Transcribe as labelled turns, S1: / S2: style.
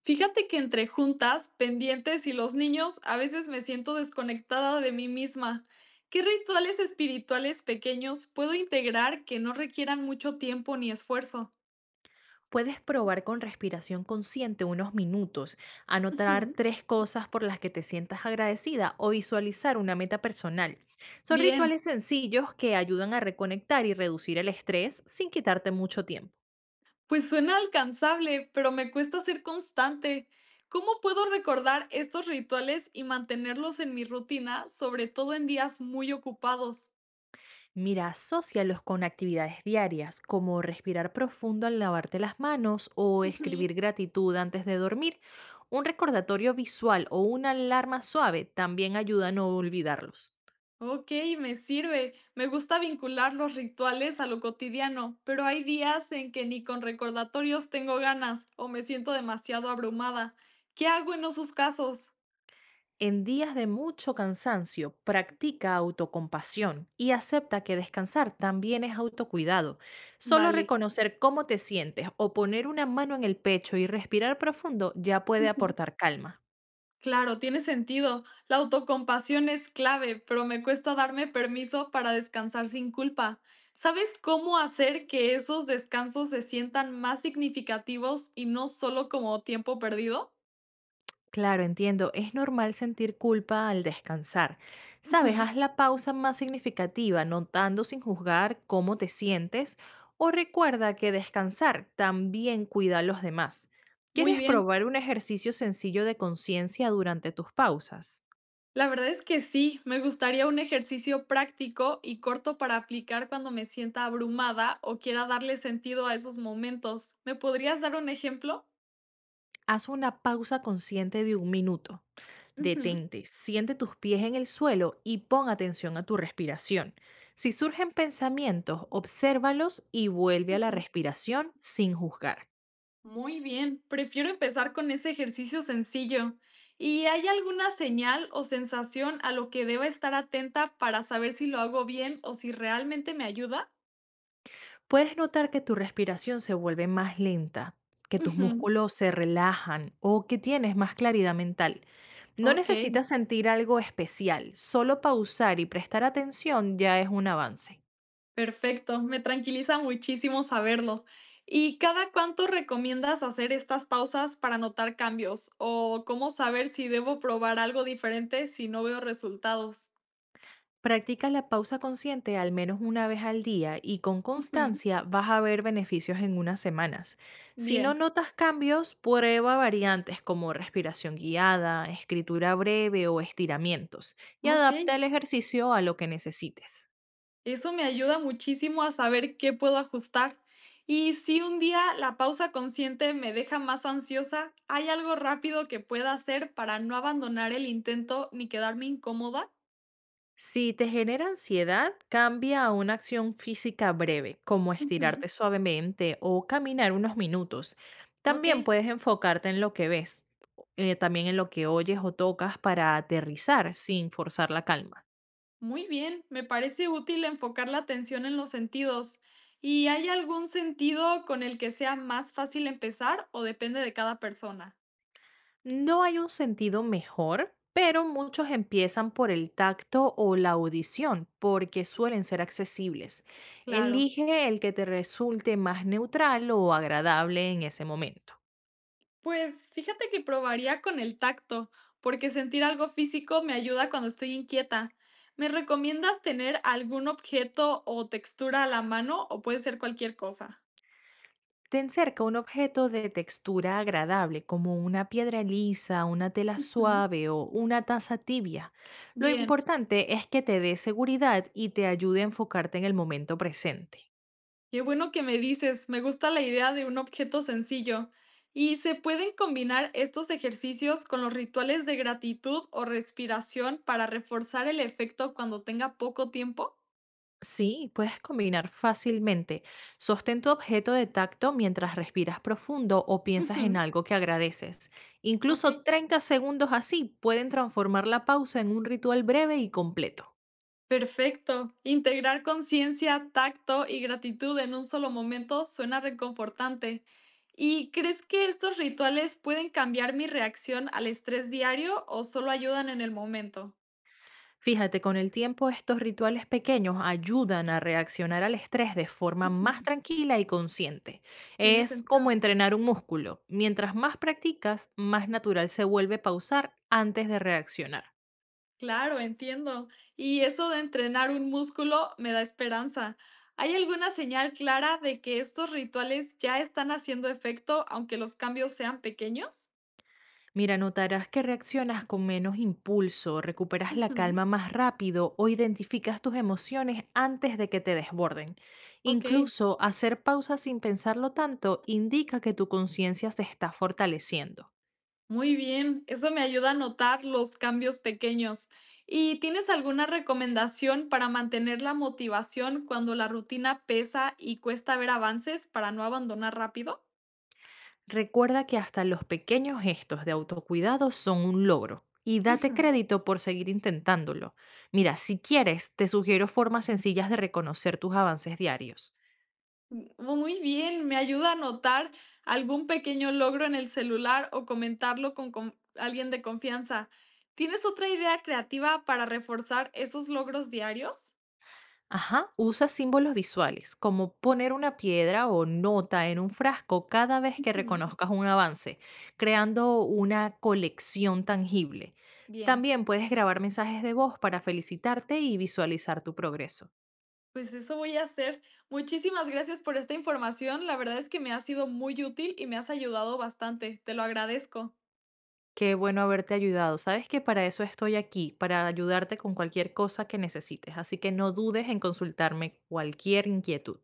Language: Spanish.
S1: Fíjate que entre juntas, pendientes y los niños, a veces me siento desconectada de mí misma. ¿Qué rituales espirituales pequeños puedo integrar que no requieran mucho tiempo ni esfuerzo?
S2: Puedes probar con respiración consciente unos minutos, anotar
S1: Ujú.
S2: tres cosas por las que te sientas agradecida o visualizar una meta personal. Son
S1: Bien,
S2: rituales sencillos que ayudan a reconectar y reducir el estrés sin quitarte mucho tiempo.
S1: pues suena alcanzable, pero me cuesta ser constante. ¿Cómo puedo recordar estos rituales y mantenerlos en mi rutina, sobre todo en días muy ocupados?
S2: Mira, asócialos con actividades diarias como respirar profundo al lavarte las manos o escribir gratitud antes de dormir. Un recordatorio visual o una alarma suave también ayuda a no olvidarlos.
S1: Okey, me sirve. Me gusta vincular los rituales a lo cotidiano, pero hay días en que ni con recordatorios tengo ganas o me siento demasiado abrumada. ¿Qué hago en esos casos?
S2: En días de mucho cansancio, practica autocompasión y acepta que descansar también es autocuidado. Solo
S1: Vale.
S2: reconocer cómo te sientes o poner una mano en el pecho y respirar profundo ya puede aportar calma.
S1: Claro, tiene sentido. La autocompasión es clave, pero me cuesta darme permiso para descansar sin culpa. ¿Sabes cómo hacer que esos descansos se sientan más significativos y no solo como tiempo perdido?
S2: Claro, entiendo. Es normal sentir culpa al descansar. Sabes,
S1: Ujú.
S2: haz la pausa más significativa, notando sin juzgar cómo te sientes o recuerda que descansar también cuida a los demás.
S1: Muy
S2: ¿Quieres
S1: bien.
S2: probar un ejercicio sencillo de conciencia durante tus pausas?
S1: La verdad es que sí, me gustaría un ejercicio práctico y corto para aplicar cuando me sienta abrumada o quiera darle sentido a esos momentos. ¿Me podrías dar un ejemplo?
S2: Haz una pausa consciente de un minuto.
S1: Ujú,
S2: Detente, siente tus pies en el suelo y pon atención a tu respiración. Si surgen pensamientos, obsérvalos y vuelve a la
S1: ujú.
S2: respiración sin juzgar.
S1: Muy bien, prefiero empezar con ese ejercicio sencillo. ¿Y hay alguna señal o sensación a lo que deba estar atenta para saber si lo hago bien o si realmente me ayuda?
S2: Puedes notar que tu respiración se vuelve más lenta, que tus
S1: Ujú,
S2: músculos se relajan o que tienes más claridad mental. No
S1: ok.
S2: necesitas sentir algo especial, solo pausar y prestar atención ya es un avance.
S1: Perfecto, me tranquiliza muchísimo saberlo. ¿Y cada cuánto recomiendas hacer estas pausas para notar cambios? ¿O cómo saber si debo probar algo diferente si no veo resultados?
S2: Practica la pausa consciente al menos una vez al día y con
S1: Ujú,
S2: constancia vas a ver beneficios en unas semanas. Si no
S1: bien,
S2: notas cambios, prueba variantes como respiración guiada, escritura breve o estiramientos y
S1: ok.
S2: adapta el ejercicio a lo que necesites.
S1: Eso me ayuda muchísimo a saber qué puedo ajustar. Y si un día la pausa consciente me deja más ansiosa, ¿hay algo rápido que pueda hacer para no abandonar el intento ni quedarme incómoda?
S2: Si te genera ansiedad, cambia a una acción física breve, como
S1: Ujú,
S2: estirarte suavemente o caminar unos minutos.
S1: ok.
S2: También puedes enfocarte en lo que ves, también en lo que oyes o tocas para aterrizar sin forzar la calma.
S1: Muy bien, me parece útil enfocar la atención en los sentidos. ¿Y hay algún sentido con el que sea más fácil empezar o depende de cada persona?
S2: No hay un sentido mejor, pero muchos empiezan por el tacto o la audición porque suelen ser accesibles.
S1: Claro.
S2: Elige el que te resulte más neutral o agradable en ese momento.
S1: Pues fíjate que probaría con el tacto, porque sentir algo físico me ayuda cuando estoy inquieta. ¿Me recomiendas tener algún objeto o textura a la mano o puede ser cualquier cosa?
S2: Ten cerca un objeto de textura agradable, como una piedra lisa, una tela
S1: Ujú.
S2: suave o una taza tibia. Lo
S1: Bien.
S2: importante es que te dé seguridad y te ayude a enfocarte en el momento presente.
S1: Qué bueno que me dices, me gusta la idea de un objeto sencillo. ¿Y se pueden combinar estos ejercicios con los rituales de gratitud o respiración para reforzar el efecto cuando tenga poco tiempo?
S2: Sí, puedes combinar fácilmente. Sostén tu objeto de tacto mientras respiras profundo o piensas en
S1: Ujú,
S2: algo que agradeces.
S1: ok.
S2: Incluso 30 segundos así pueden transformar la pausa en un ritual breve y completo.
S1: Perfecto. Integrar conciencia, tacto y gratitud en un solo momento suena reconfortante. ¿Y crees que estos rituales pueden cambiar mi reacción al estrés diario o solo ayudan en el momento?
S2: Fíjate, con el tiempo estos rituales pequeños ayudan a reaccionar al estrés de forma más
S1: Ujú,
S2: tranquila y consciente.
S1: tiene
S2: Es como
S1: sentido.
S2: entrenar un músculo. Mientras más practicas, más natural se vuelve pausar antes de reaccionar.
S1: Claro, entiendo. Y eso de entrenar un músculo me da esperanza. ¿Hay alguna señal clara de que estos rituales ya están haciendo efecto, aunque los cambios sean pequeños?
S2: Mira, notarás que reaccionas con menos impulso, recuperas la
S1: Ujú,
S2: calma más rápido o identificas tus emociones antes de que te desborden.
S1: ok,
S2: Incluso hacer pausas sin pensarlo tanto indica que tu conciencia se está fortaleciendo.
S1: muy bien. Eso me ayuda a notar los cambios pequeños. ¿Y tienes alguna recomendación para mantener la motivación cuando la rutina pesa y cuesta ver avances para no abandonar rápido?
S2: Recuerda que hasta los pequeños gestos de autocuidado son un logro y date crédito por seguir intentándolo. Mira, si quieres, te sugiero formas sencillas de reconocer tus avances diarios.
S1: Mm, muy bien, me ayuda a anotar algún pequeño logro en el celular o comentarlo con alguien de confianza. ¿Tienes otra idea creativa para reforzar esos logros diarios?
S2: Ajá, usa símbolos visuales, como poner una piedra o nota en un frasco cada vez que
S1: Ujú,
S2: reconozcas un avance, creando una colección tangible.
S1: bien,
S2: También puedes grabar mensajes de voz para felicitarte y visualizar tu progreso.
S1: pues eso voy a hacer. Muchísimas gracias por esta información. La verdad es que me ha sido muy útil y me has ayudado bastante. Te lo agradezco.
S2: Qué bueno haberte ayudado. Sabes que para eso estoy aquí, para ayudarte con cualquier cosa que necesites, así que no dudes en consultarme cualquier inquietud.